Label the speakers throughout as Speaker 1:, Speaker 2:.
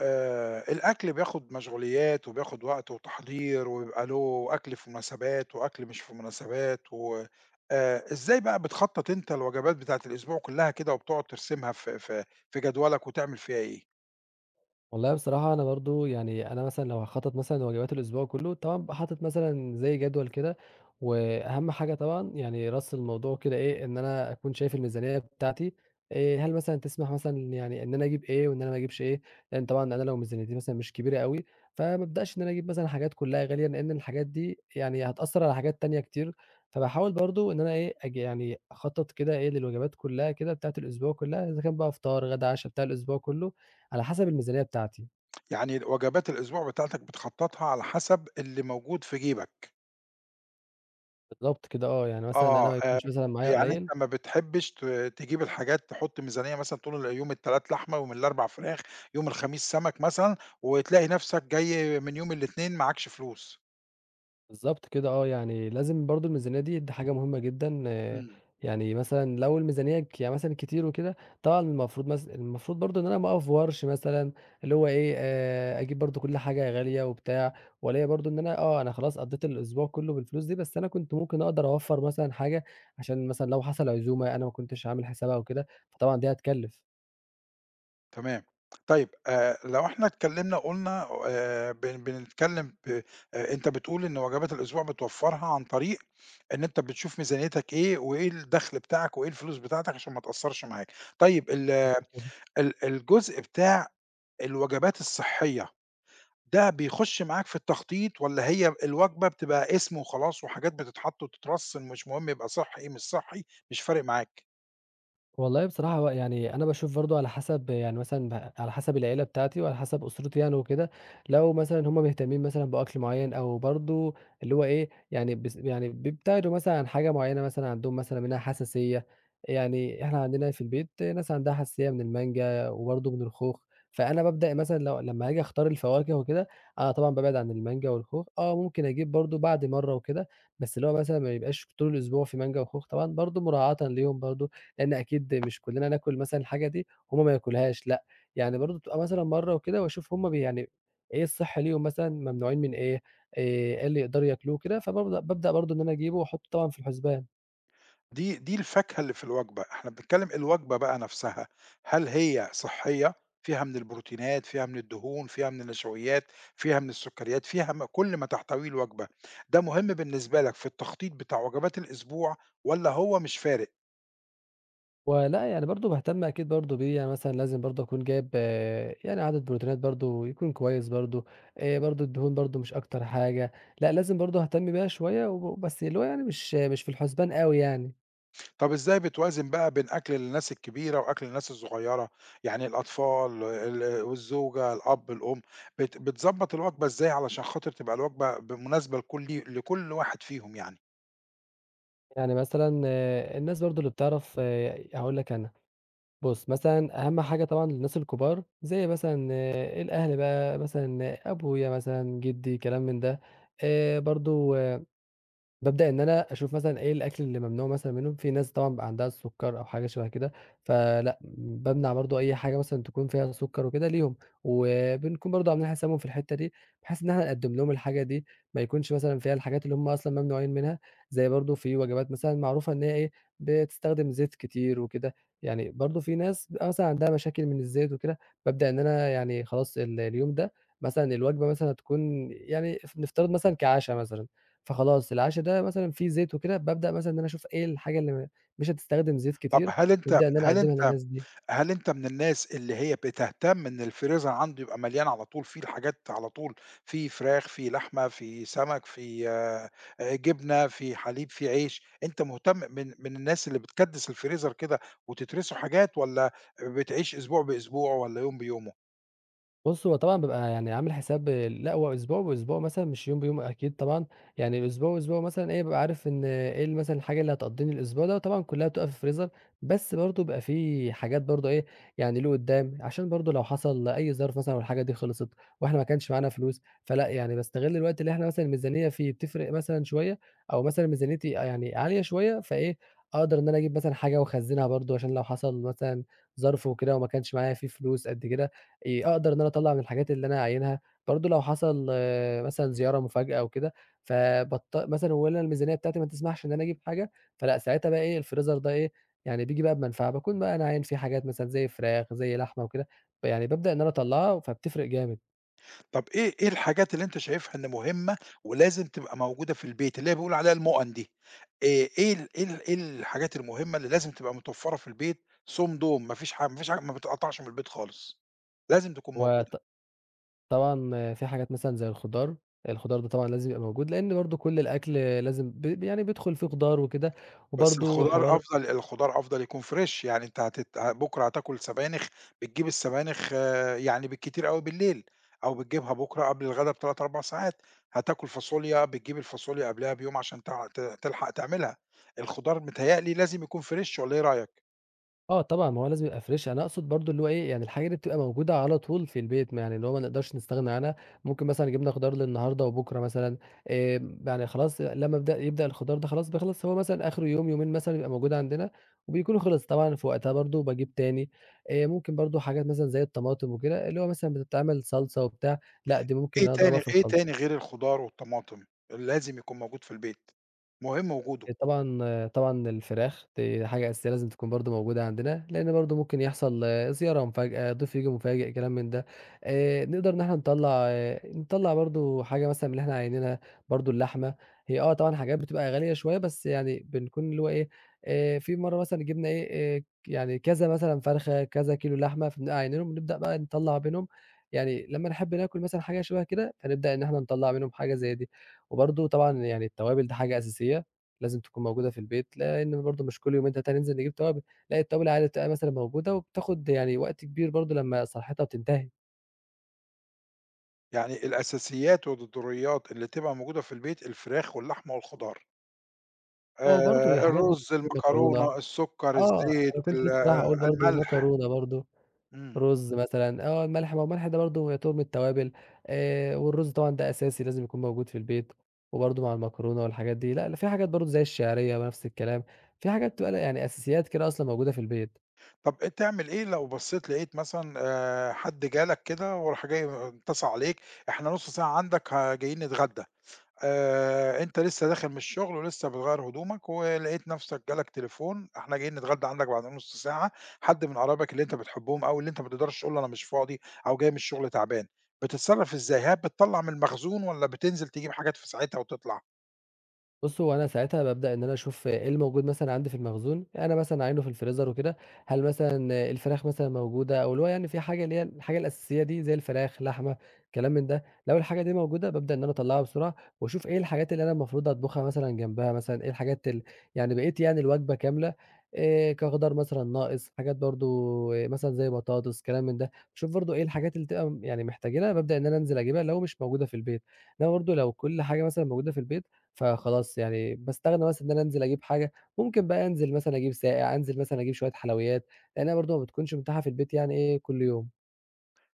Speaker 1: الأكل بياخد مشغوليات وبياخد وقت وتحضير وبيبقى له أكل في مناسبات وأكل مش في مناسبات و إزاي بقى بتخطّط أنت الوجبات بتاعة الأسبوع كلّها كده وبتقعد ترسمها في جدولك وتعمل فيها إيه؟
Speaker 2: والله بصراحة أنا برضه يعني أنا مثلًا لو هاخطّط مثلًا لوجبات الأسبوع كلّه، طبعًا بابقى حاطط مثلًا زي جدول كده، وأهم حاجة طبعًا يعني رأس الموضوع كده إيه، إن أنا أكون شايف الميزانية بتاعتي هل مثلًا تسمح مثلًا يعني إن أنا أجيب إيه وإن أنا ما أجيبش إيه، لإن طبعًا أنا لو ميزانيتي مثلًا مش كبيرة أوي، فما أبدأش إن أنا أجيب مثلًا حاجات كلّها غالية، لإن الحاجات دي يعني هتأثّر على حاجات تانية كتير، فباحاول برضه إن أنا إيه، أجي يعني أخطّط كده إيه للوجبات كلّها كده بتاعة الأسبوع كلّها، إذا كان بقى فطار، غدا، عشا، بتاع الأسبوع كلّه. على حسب الميزانية بتاعتي،
Speaker 1: يعني وجبات الأسبوع بتاعتك بتخطّطها على حسب اللي موجود في جيبك.
Speaker 2: بالضبط كده آه، يعني مثلًا أنا
Speaker 1: آه،
Speaker 2: ما يكونش مثلًا معايا
Speaker 1: يعني
Speaker 2: قليل،
Speaker 1: أنت ما بتحبّش تجيب الحاجات، تحُط ميزانية مثلًا، تقول يوم التلات لحمة، يوم الأربع فراخ، يوم الخميس سَمَك مثلًا، وتلاقي نَفْسك جاي من يوم الإتنين معاكش فلوس.
Speaker 2: بالضبط كده آه، يعني لازم برضه الميزانية دي حاجة مهمة جدًا، آه،
Speaker 1: إمم.
Speaker 2: يعني مثلًا لو الميزانية ك يعني مثلًا كتير وكده، طبعًا المفروض مث المفروض برضه إن أنا ما أأفورش مثلًا، اللي هو إيه، أجيب برضه كل حاجة غالية وبتاع، وألاقي برضه إن أنا آه، أنا خلاص قضيت الأسبوع كله بالفلوس دي، بس أنا كنت ممكن أقدر أوفّر مثلًا حاجة، عشان مثلًا لو حصل عزومة أنا ما كنتش عامل حسابها وكده، فطبعًا دي هتكلِّف.
Speaker 1: تمام. طيب، لو إحنا اتكلّمنا قُلنا، بن بنتكلّم ب أنت بتقول إن وجبات الأسبوع بتوفّرها عن طريق إن أنت بتشوف ميزانيتك إيه، وإيه الدخل بتاعك، وإيه الفلوس بتاعتك عشان ما تأثّرش معاك. طيب ال
Speaker 2: بالضبط كده.
Speaker 1: ال الجزء بتاع الوجبات الصحّية ده بيخُش معاك في التخطيط، والّا هي الوجبة بتبقى اسم وخلاص وحاجات بتتحط وتترَص، مش مهم يبقى صحّي ايه مش صحّي، مش فارق معاك؟
Speaker 2: والله بصراحة هو يعني أنا باشوف برضه على حسب يعني مثلًا ب على حسب العيلة بتاعتي وعلى حسب أسرتي يعني وكده، لو مثلًا هُم مهتمين مثلًا بأكل معيّن أو برضه اللي هو إيه، يعني بس يعني بيبتعدوا مثلًا عن حاجة معيّنة مثلًا عندهم مثلًا منها حساسية، يعني إحنا عندنا في البيت ناس عندها حساسية من المانجا وبرضه من الخوخ، فأنا بابدأ مثلًا لو لمّا آجي أختار الفواكه وكده، أنا طبعًا بابعد عن المانجا والخوخ، آه ممكن أجيب برضه بعد مرّة وكده، بس اللي هو مثلًا ما يبقاش طول الأسبوع في مانجا وخوخ طبعًا برضه مراعاةً ليهم برضه، لإن أكيد مش كُلّنا ناكل مثلًا الحاجة دي، هُم ما ياكلوهاش لأ، يعني برضه بتبقى مثلًا مرّة وكده وأشوف هُم بي يعني إيه الصح ليهم مثلًا ممنوعين من إيه، إيه اللي يقدروا ياكلوه كده، فبابدأ بابدأ برضه إن أنا أجيبه وأحُطّه طبعًا في الحُسبان.
Speaker 1: دي الفاكهة اللي في الوجبة، إحنا بنتكلّم الوجبة بقى نَفْسها، هل هي صحّية، فيها من البروتينات، فيها من الدهون، فيها من النشويات، فيها من السُكّريات، فيها كل ما تحتويه الوجبة، ده مهم بالنسبة لك في التخطيط بتاع وجبات الأسبوع والّا هو مش فارق؟
Speaker 2: ولأ، يعني برضه باهتم أكيد برضه بيه، يعني مثلًا لازم برضه أكون جايب آه، يعني عدد بروتينات برضه يكون كويس برضه، برضه الدهون برضه مش أكتر حاجة، لأ لازم برضه أهتم بيها شوية وب بس اللي هو يعني مش في الحُسبان أوي يعني.
Speaker 1: طَب إزاي بتوازن بقى بين أكل الناس الكبيرة وأكل الناس الصغيرة، يعني الأطفال والزوجة، الأب، الأم، بتضبّط الوجبة إزاي علشان خاطر تبقى الوجبة مناسبة لكل واحد فيهم يعني؟
Speaker 2: يعني مثلًا آه، الناس برضه اللي بتعرف هاقول لك أنا. بُص، مثلًا أهم حاجة طبعًا للناس الكبار، زي مثلًا آه، الأهل بقى مثلًا أبويا مثلًا، جدي، كلام من ده، برضه بابدأ إن أنا أشوف مثلًا إيه الأكل اللي ممنوع مثلًا منه، في ناس طبعًا بيبقى عندها السُكّر أو حاجة شبه كده، فلأ، بامنع برضه أي حاجة مثلًا تكون فيها سُكّر وكده ليهم، وبنكون برضه عاملين حسابهم في الحتّة دي، بحيث إن إحنا نقدّم لهم الحاجة دي، ما يكونش مثلًا فيها الحاجات اللي هم أصلًا ممنوعين منها، زي برضه في وجبات مثلًا معروفة إن هي إيه، بتستخدم زيت كتير وكده، يعني برضه في ناس بيبقى مثلًا عندها مشاكل من الزيت وكده، بابدأ إن أنا يعني خلاص ال اليوم ده مثلًا الوجبة مثلًا هتكون يعني ف نفترض مثلًا كعَشا مثلًا. فخلاص العَشا ده مثلًا فيه زيت وكده، بابدأ مثلًا إن أنا أشوف إيه الحاجة اللي م مش هتستخدم زيت
Speaker 1: طَب
Speaker 2: كتير،
Speaker 1: هل أنت
Speaker 2: وابدأ إن أنا
Speaker 1: هل
Speaker 2: أقدّمها
Speaker 1: أنت
Speaker 2: للناس دي.
Speaker 1: هل أنت من الناس اللي هي بتهتم إن الفريزر عنده يبقى مليان على طول، فيه الحاجات على طول، فيه فراخ، فيه لحمة، فيه سمك، فيه جبنة، فيه حليب، فيه عيش، أنت مهتم من الناس اللي بتكدّس الفريزر كده وتترسه حاجات، والّا بتعيش أسبوع بأسبوع والّا يوم بيومه؟
Speaker 2: بُص، هو طبعًا بابقى يعني عامل حساب لأ، هو أسبوع بأسبوع مثلًا مش يوم بيوم أكيد طبعًا، يعني أسبوع بأسبوع مثلًا إيه، بابقى عارف إن إيه ال مثلًا الحاجة اللي هتقضّيني الأسبوع ده، وطبعًا كلّها بتبقى في الفريزر، بس برضه بيبقى في حاجات برضه إيه، يعني لقدّام، عشان برضه لو حصل أي ظرف مثلًا والحاجة دي خلصت وإحنا ما كانش معانا فلوس، فلأ، يعني باستغل الوقت اللي إحنا مثلًا الميزانية فيه بتفرق مثلًا شوية أو مثلًا ميزانيتي يعني عالية شوية، فإيه، أقدر إن أنا أجيب مثلًا حاجة وأخزّنها برضه عشان لو حصل مثلًا ظرف وكده وما كانش معايا فيه فلوس قد كده، أقدر إن أنا أطلّع من الحاجات اللي أنا عاينها، برضه لو حصل آه، مثلًا زيارة مفاجأة أو كده، فبضط مثلًا وأنا الميزانية بتاعتي ما تسمحش إن أنا أجيب حاجة، فلأ ساعتها بقى إيه الفريزر ده إيه، يعني بييجي بقى بمنفعة، باكون بقى أنا عاين فيه حاجات مثلًا زي فراخ، زي لحمة وكده، يعني بابدأ إن أنا أطلّعها فبتفرق جامد،
Speaker 1: طب إيه الحاجات اللي أنت شايفها إن مهمة ولازم تبقى موجودة في البيت، اللي هي بيقولوا عليها المُؤَن دي، آآ إيه الحاجات المهمة اللي لازم تبقى متوفّرة في البيت صُم دُم، ما فيش ح ما فيش ح ما بتتقطعش من البيت خالص، لازم تكون موجودة؟
Speaker 2: وط طبعًا في حاجات مثلًا زي الخضار، الخضار ده طبعًا لازم يبقى موجود، لإن برضه كل الأكل لازم ب يعني بيدخل فيه خضار وكده،
Speaker 1: بس
Speaker 2: وبرضه
Speaker 1: الخضار
Speaker 2: حوار
Speaker 1: أفضل، الخضار أفضل يكون فريش، يعني أنت بُكرة هتاكل سبانخ، بتجيب السبانخ آه، يعني بالكتير أوي بالليل، أو بتجيبها بُكرة قبل الغدا ب3، 4 ساعات، هتاكل فاصوليا، بتجيب الفاصوليا قبلها بيوم عشان تع ت تلحق تعملها، الخضار متهيأ لي لازم يكون فريش والّا إيه رأيك؟
Speaker 2: آه طبعًا، ما هو لازم يبقى فريش، أنا أقصد برضه اللي هو إيه، يعني الحاجة دي بتبقى موجودة على طول في البيت، ما يعني اللي هو ما نقدرش نستغنى عنها، ممكن مثلًا جِبنا خضار للنهارده وبُكرة مثلًا يعني خلاص لمّا بد يبدأ الخضار ده خلاص بيخلص، هو مثلًا آخره يوم، يومين مثلًا بيبقى موجود عندنا وبيكون خلص، طبعًا في وقتها برضه باجيب تاني، ممكن برضه حاجات مثلًا زي الطماطم وكده، اللي هو مثلًا بتتعمل صلصة وبتاع، لأ دي ممكن إن
Speaker 1: إيه
Speaker 2: أنا أضربها
Speaker 1: تاني
Speaker 2: في
Speaker 1: إيه
Speaker 2: الخل
Speaker 1: تاني غير الخضار والطماطم اللي لازم يكون موجود في البيت، مهم وجوده،
Speaker 2: طبعًا طبعًا الفراخ دي حاجة أساسية لازم تكون برضه موجودة عندنا، لإن برضه ممكن يحصل زيارة مفاجأة، ضيف ييجي مفاجئ، كلام من ده. نقدر إن إحنا نطلّع برضه حاجة مثلًا من اللي إحنا عاينينها، برضه اللحمة هي آه طبعًا حاجات بتبقى غالية شوية، بس يعني بنكون اللي هو إيه، في مرّة مثلًا جِبنا إيه، يعني كذا مثلًا فرخة، كذا كيلو لحمة، فبنبقى عاينينهم بنبدأ بقى نطلّع منهم يعني لمّا نحب ناكل مثلًا حاجة شبه كده، فنبدأ إن إحنا نطلّع منهم حاجة زي دي. وبرضه طبعًا يعني التوابل دي حاجة أساسية. لازم تكون موجودة في البيت، لإن برضه مش كل يومين 3 ننزل نجيب توابل، لأ التوابل عادي بتبقى مثلًا موجودة وبتاخد يعني وقت كبير برضه لمّا صلاحيتها بتنتهي.
Speaker 1: يعني الأساسيات والضروريات اللي تبقى موجودة في البيت الفراخ واللحمة والخضار.
Speaker 2: آه، برضه حاجات برضه
Speaker 1: الرز،
Speaker 2: مكرونة،
Speaker 1: المكرونة، السُكّر،
Speaker 2: آه، أنا
Speaker 1: الزيت،
Speaker 2: كنت
Speaker 1: ال
Speaker 2: لسه رايح
Speaker 1: آه،
Speaker 2: أقول برضه
Speaker 1: الملح،
Speaker 2: مكرونة برضه،
Speaker 1: إمم.
Speaker 2: رُز مثلًا، آه الملح ما هو الملح ده برضه يعتبر من التوابل، والرُز طبعًا ده أساسي لازم يكون موجود في البيت، وبرضه مع المكرونة والحاجات دي، لأ لا، في حاجات برضه زي الشعرية نفس الكلام، في حاجات بتبقى يعني أساسيات كده أصلًا موجودة في البيت.
Speaker 1: طَب تعمل إيه لو بصّيت لقيت مثلًا حد جالك كده وراح جاي متصل عليك، إحنا نُص ساعة عندك جايين نتغدى، أنت لسّه داخل من الشغل ولسّه بتغيّر هدومك ولقيت نَفْسك جالك تليفون، إحنا جايين نتغدى عندك بعد نُص ساعة، حد من قرايبك اللي أنت بتحبّهم أوي اللي أنت ما تقدرش تقول له أنا مش فاضي أو جاي من الشغل تعبان، بتتصرّف إزاي؟ هل بتطلّع من المخزون والّا بتنزل تجيب حاجات في ساعتها وتطلع؟
Speaker 2: بُص، هو أنا ساعتها بابدأ إن أنا أشوف إيه الموجود مثلًا عندي في المخزون، يعني أنا مثلًا عاينه في الفريزر وكده، هل مثلًا الفراخ مثلًا موجودة أو اللي هو يعني في حاجة اللي هي الحاجة الأساسية دي زي الفراخ، لحمة، كلام من ده، لو الحاجة دي موجودة بابدأ إن أنا أطلّعها بسرعة وأشوف إيه الحاجات اللي أنا المفروض أطبخها مثلًا جنبها مثلًا، إيه الحاجات ال يعني بقيت يعني الوجبة كاملة كخضار مثلًا ناقص، حاجات برضه مثلًا زي بطاطس، كلام من ده، باشوف برضه إيه الحاجات اللي تبقى م يعني محتاجينها بابدأ إن أنا أنزل أجيبها لو مش موجودة في البيت، إنما برضه لو كل حاجة مثلًا موجودة في البيت فخلاص يعني باستغنى مثلًا إن أنا أنزل أجيب حاجة، ممكن بقى أنزل مثلًا أجيب ساقع، أنزل مثلًا أجيب شوية حلويات، لأن هي برضه ما بتكونش متاحة في البيت يعني إيه كل يوم.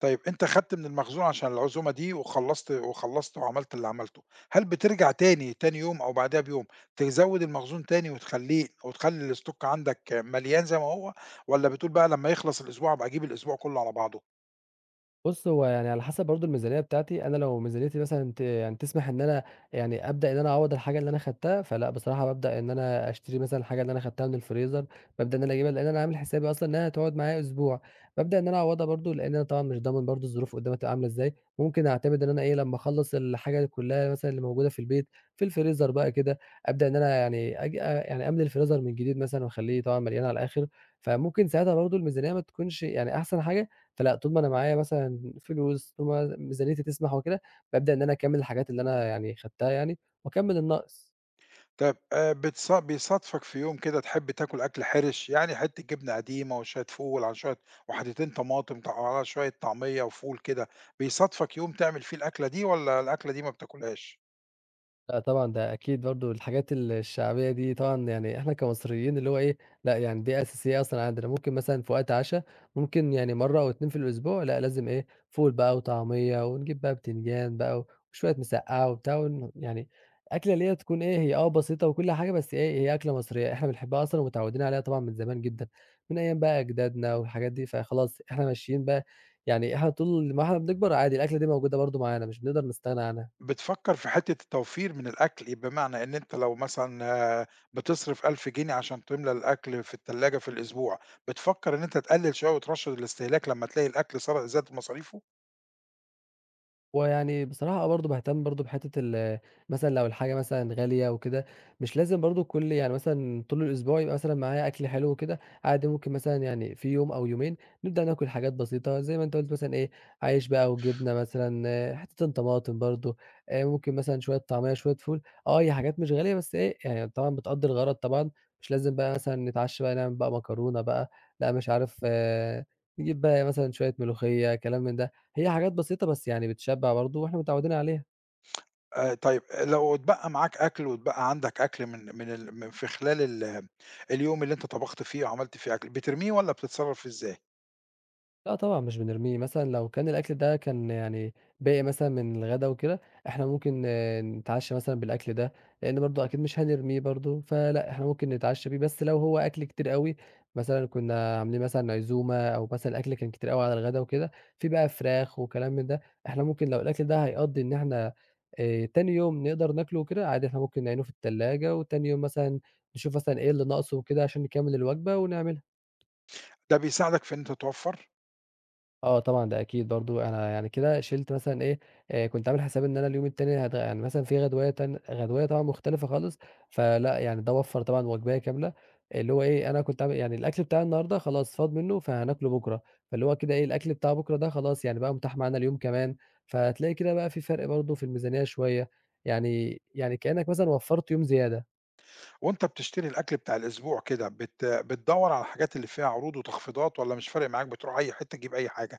Speaker 1: طيب أنت خدت من المخزون عشان العزومة دي وخلّصت وعملت اللي عملته، هل بترجع تاني، تاني يوم أو بعدها بيوم تزوّد المخزون تاني وتخلّيه وتخلّي الstock عندك مليان زي ما هو، والّا بتقول بقى لمّا يخلص الأسبوع أبقى أجيب الأسبوع كلّه على بعضه؟
Speaker 2: بُص، هو يعني على حسب برضه الميزانية بتاعتي، أنا لو ميزانيتي مثلًا ت يعني تسمح إن أنا يعني أبدأ إن أنا أعوّض الحاجة اللي أنا خدتها، فلأ بصراحة بابدأ إن أنا أشتري مثلًا الحاجة اللي أنا خدتها من الفريزر، بابدأ إن أنا أجيبها لإن أنا عامل حسابي أصلًا إنها هتقعد معايا أسبوع، بابدأ إن أنا أعوّضها برضه لإن أنا طبعًا مش ضامن برضه الظروف قدّام هتبقى عاملة إزاي، ممكن أعتمد إن أنا إيه، لمّا أخلّص الحاجة دي كلّها مثلًا اللي موجودة في البيت في الفريزر بقى كده، أبدأ إن أنا يعني أجي أ يعني أملي الفريزر من جديد مثلًا وأخلّيه طبعًا مليان على الآخر، فممكن ساعتها برضه الميزانية ما تكونش يعني أحسن حاجة، فلأ، طول ما أنا معايا مثلًا فلوس، طول ما ميزانيتي تسمح وكده، بابدأ إن أنا أكمّل الحاجات اللي أنا يعني خدتها يعني وأكمّل الناقص.
Speaker 1: طيب بتص بيصادفك في يوم كده تحب تاكل أكل حرِش، يعني حتّة جبنة قديمة وشوية فول على شوية وحتتين طماطم على شوية طعمية وفول كده، بيصادفك يوم تعمل فيه الأكلة دي والّا الأكلة دي ما بتاكلهاش؟
Speaker 2: لأ طبعًا، ده أكيد برضه الحاجات ال الشعبية دي طبعًا يعني إحنا كمصريين اللي هو إيه، لأ يعني دي أساسية أصلًا عندنا، ممكن مثلًا في وقت عَشا ممكن يعني مرّة أو 2 في الأسبوع لأ لازم إيه، فول بقى وطعمية ونجيب بقى بتنجان بقى وشوية مسقعة وبتاع ون يعني أكلة اللي هي تكون إيه، هي آه بسيطة وكل حاجة، بس إيه، هي أكلة مصرية إحنا بنحبها أصلًا ومتعودين عليها طبعًا من زمان جدًا، من أيام بقى أجدادنا والحاجات دي، فخلاص إحنا ماشيين بقى يعني إحنا طول ما إحنا بنكبر عادي الأكلة دي موجودة برضه معانا، مش بنقدر نستغنى عنها.
Speaker 1: بتفكّر في حتّة التوفير من الأكل، إيه بمعنى إن أنت لو مثلًا آه، بتصرف 1000 جنيه عشان تملى الأكل في التلاجة في الأسبوع، بتفكّر إن أنت تقلّل شوية وترشّد الاستهلاك لمّا تلاقي الأكل صار زاد مصاريفه؟
Speaker 2: ويعني بصراحة آه برضه باهتم برضه بحتّة ال مثلًا لو الحاجة مثلًا غالية وكده، مش لازم برضه كل يعني مثلًا طول الأسبوع يبقى مثلًا معايا أكل حلو وكده، عادي ممكن مثلًا يعني في يوم أو يومين نبدأ ناكل حاجات بسيطة زي ما أنت قُلت مثلًا إيه، عيش بقى وجبنة مثلًا، آه، حتّتين طماطم برضه، ممكن مثلًا شوية طعمية، شوية فول، آه هي حاجات مش غالية بس إيه، يعني طبعًا بتأدّي الغرض طبعًا، مش لازم بقى مثلًا نتعشّى بقى نعمل بقى مكرونة بقى، لأ مش عارف آه، نجيب بقى مثلًا شوية ملوخية، كلام من ده. هي حاجات بسيطة بس يعني بتشبّع برضه وإحنا متعوّدين عليها.
Speaker 1: طيب لو اتبقى معاك أكل واتبقى عندك أكل من من ال من في خلال اليوم اللي أنت طبخت فيه وعملت فيه أكل، بترميه والّا بتتصرّف فيه إزاي؟
Speaker 2: لأ طبعًا مش بنرميه، مثلًا لو كان الأكل ده كان يعني باقي مثلًا من الغدا وكده، إحنا ممكن آه، نتعشى مثلًا بالأكل ده، لإن برضه أكيد مش هنرميه برضه، فلأ إحنا ممكن نتعشى بيه، بس لو هو أكل كتير أوي مثلًا كنا عاملين مثلًا عزومة أو مثلًا الأكل كان كتير أوي على الغدا وكده، في بقى فراخ وكلام من ده، إحنا ممكن لو الأكل ده هيقضّي إن إحنا تاني يوم نقدر ناكله وكده، عادي إحنا ممكن نعينه في التلاجة وتاني يوم مثلًا نشوف مثلًا إيه اللي ناقصه وكده عشان نكمّل الوجبة ونعمله.
Speaker 1: ده بيساعدك في إن أنت توفّر؟
Speaker 2: آه طبعًا، ده أكيد برضه أنا يعني كده شِلت مثلًا إيه، كنت عامل حسابي إن أنا اليوم التاني يعني مثلًا في غدواية غدواية طبعًا مختلفة خالص، فلأ يعني ده وفّر طبعًا وجباية كاملة، اللي هو إيه، أنا كنت عامل يعني الأكل بتاع النهارده خلاص فاض منّه فهناكله بُكرة، فاللي هو كده إيه، الأكل بتاع بُكرة ده خلاص يعني بقى متاح معانا اليوم كمان، فتلاقي كده بقى في فرق برضه في الميزانية شوية، يعني كإنّك مثلًا وفّرت يوم زيادة.
Speaker 1: وأنت بتشتري الأكل بتاع الأسبوع كده بتدوّر على الحاجات اللي فيها عروض وتخفيضات والّا مش فارق معاك بتروح أي حتّة تجيب أي حاجة؟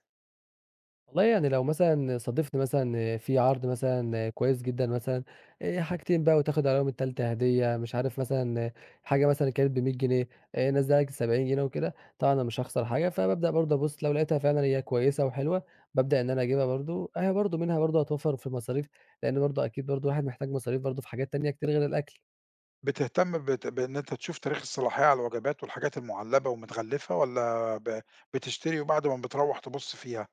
Speaker 2: والله يعني لو مثلًا صادفني مثلًا في عرض مثلًا كويس جدًا مثلًا، حاجتين بقى وتاخد عليهم التالتة هدية، مش عارف مثلًا حاجة مثلًا كانت ب100 جنيه، نزّلها لك 70 جنيه وكده، طبعًا أنا مش هاخسر حاجة، فبابدأ برضه أبُص لو لقيتها فعلًا هي كويسة وحلوة، بابدأ إن أنا أجيبها برضه، أهي برضه منها برضه هتوفّر في المصاريف، لإن برضه أكيد برضه الواحد محتاج مصاريف برضه في حاجات تانية كتير غير الأكل.
Speaker 1: بتهتم بإن أنت تشوف تاريخ الصلاحية على الوجبات والحاجات المُعلّبة ومتغلّفة، والّا بتشتري وبعد ما بتروّح تبُص فيها؟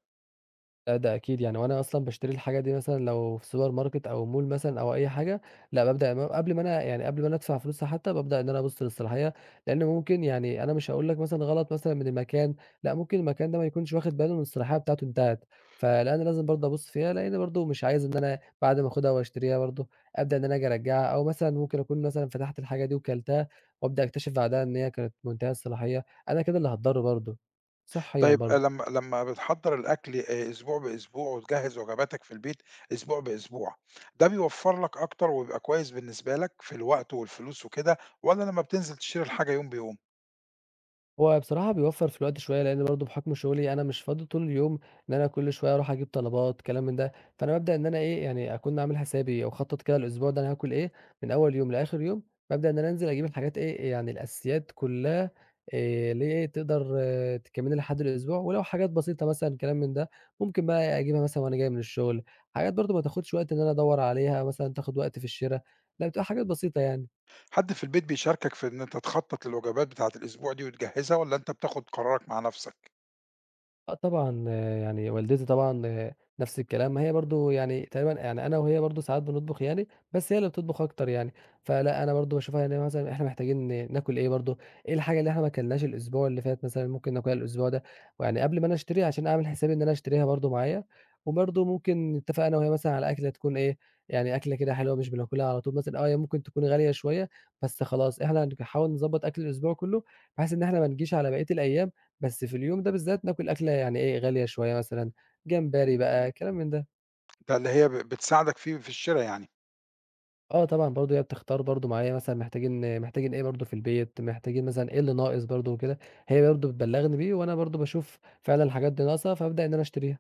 Speaker 2: لأ، ده أكيد يعني، وأنا أصلًا باشتري الحاجة دي مثلًا لو في سوبر ماركت أو مول مثلًا أو أي حاجة، لأ بابدأ م قبل ما أنا يعني قبل ما أنا أدفع فلوسها حتى، بابدأ إن أنا أبُص للصلاحية، لأن ممكن يعني أنا مش هاقول لك مثلًا غلط مثلًا من المكان، لأ ممكن المكان ده ما يكونش واخد باله إن الصلاحية بتاعته انتهت، فلأ أنا لازم برضه أبُص فيها، لأن برضه مش عايز إن أنا بعد ما آخدها وأشتريها برضه أبدأ إن أنا آجي أرجّعها، أو مثلًا ممكن أكون مثلًا فتحت الحاجة دي وكلتها، وأبدأ أكتشف بعدها إن هي كانت منتهية الصلاحية، أنا كده اللي هاتضر برضه، صحيًا
Speaker 1: طيب
Speaker 2: برضه.
Speaker 1: لمّا بتحضّر الأكل أسبوع بأسبوع وتجهّز وجباتك في البيت أسبوع بأسبوع، ده بيوفّر لك أكتر وبيبقى كويس بالنسبة لك في الوقت والفلوس وكده والّا لمّا بتنزل تشتري الحاجة يوم بيوم؟
Speaker 2: هو بصراحة بيوفّر في الوقت شوية، لإن برضه بحُكم شُغلي أنا مش فاضي طول اليوم إن أنا كل شوية أروح أجيب طلبات كلام من ده، فأنا بابدأ إن أنا إيه، يعني أكون عامل حسابي أو مخطّط كده الأسبوع ده أنا هاكل إيه من أول يوم لآخر يوم، بابدأ إن أنا أنزل أجيب الحاجات إيه، يعني الأساسيات كُلّها اللي هي إيه، تقدر آه، تكمّلني لحد الأسبوع ولو حاجات بسيطة مثلًا كلام من ده، ممكن بقى أجيبها مثلًا وأنا جاي من الشُغل، حاجات برضه ما تاخُدش وقت إن أنا أدوّر عليها مثلًا تاخُد وقت في الشِرا، لأ بتبقى حاجات بسيطة يعني.
Speaker 1: حد في البيت بيشاركك في إن أنت تخطّط للوجبات بتاعة الأسبوع دي وتجهّزها والّا أنت بتاخُد قرارك مع نَفْسك؟
Speaker 2: آه طبعًا، يعني والدتي طبعًا نفس الكلام، ما هي برضه يعني تقريبًا يعني أنا وهي برضه ساعات بنطبخ يعني، بس هي اللي بتطبخ أكتر يعني، فلأ أنا برضه باشوفها إن مثلًا إحنا محتاجين ناكل إيه برضه، إيه الحاجة اللي إحنا ما أكلناش الأسبوع اللي فات مثلًا ممكن ناكلها الأسبوع ده، ويعني قبل ما أنا أشتريها عشان أعمل حسابي إن أنا أشتريها برضه معايا، وبرضه ممكن نتفق أنا وهي مثلًا على أكلة تكون إيه، يعني أكلة كده حلوة مش بناكلها على طول مثلًا، آه هي ممكن تكون غالية شوية، بس خلاص إحنا هنحاول نضبّط أكل الأسبوع كله، بحيث إن إحنا ما نجيش على بقية الأيام بس في اليوم ده بالذات ناكل أكلة يعني إيه، غالية شوية مثلًا، جمبري بقى، كلام من ده.
Speaker 1: ده اللي هي بتساعدك فيه في الشِرا يعني.
Speaker 2: آه طبعًا برضه هي بتختار برضه معايا مثلًا محتاجين إيه برضه في البيت، محتاجين مثلًا إيه اللي ناقص برضه وكده، هي برضه بتبلّغني بيه وأنا برضه باشوف فعلًا الحاجات دي ناقصة، فابدأ إن أنا أشتريها.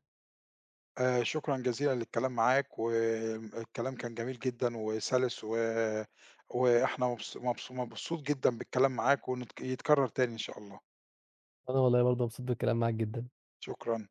Speaker 1: شكرًا جزيلًا للكلام معاك، والكلام كان جميل جدًا وسَلِس وإحنا مبسوط جدًا بالكلام معاك، يتكرر تاني إن شاء الله.
Speaker 2: وأنا والله برضه مبسوط بالكلام معاك جدًا.
Speaker 1: شكرًا.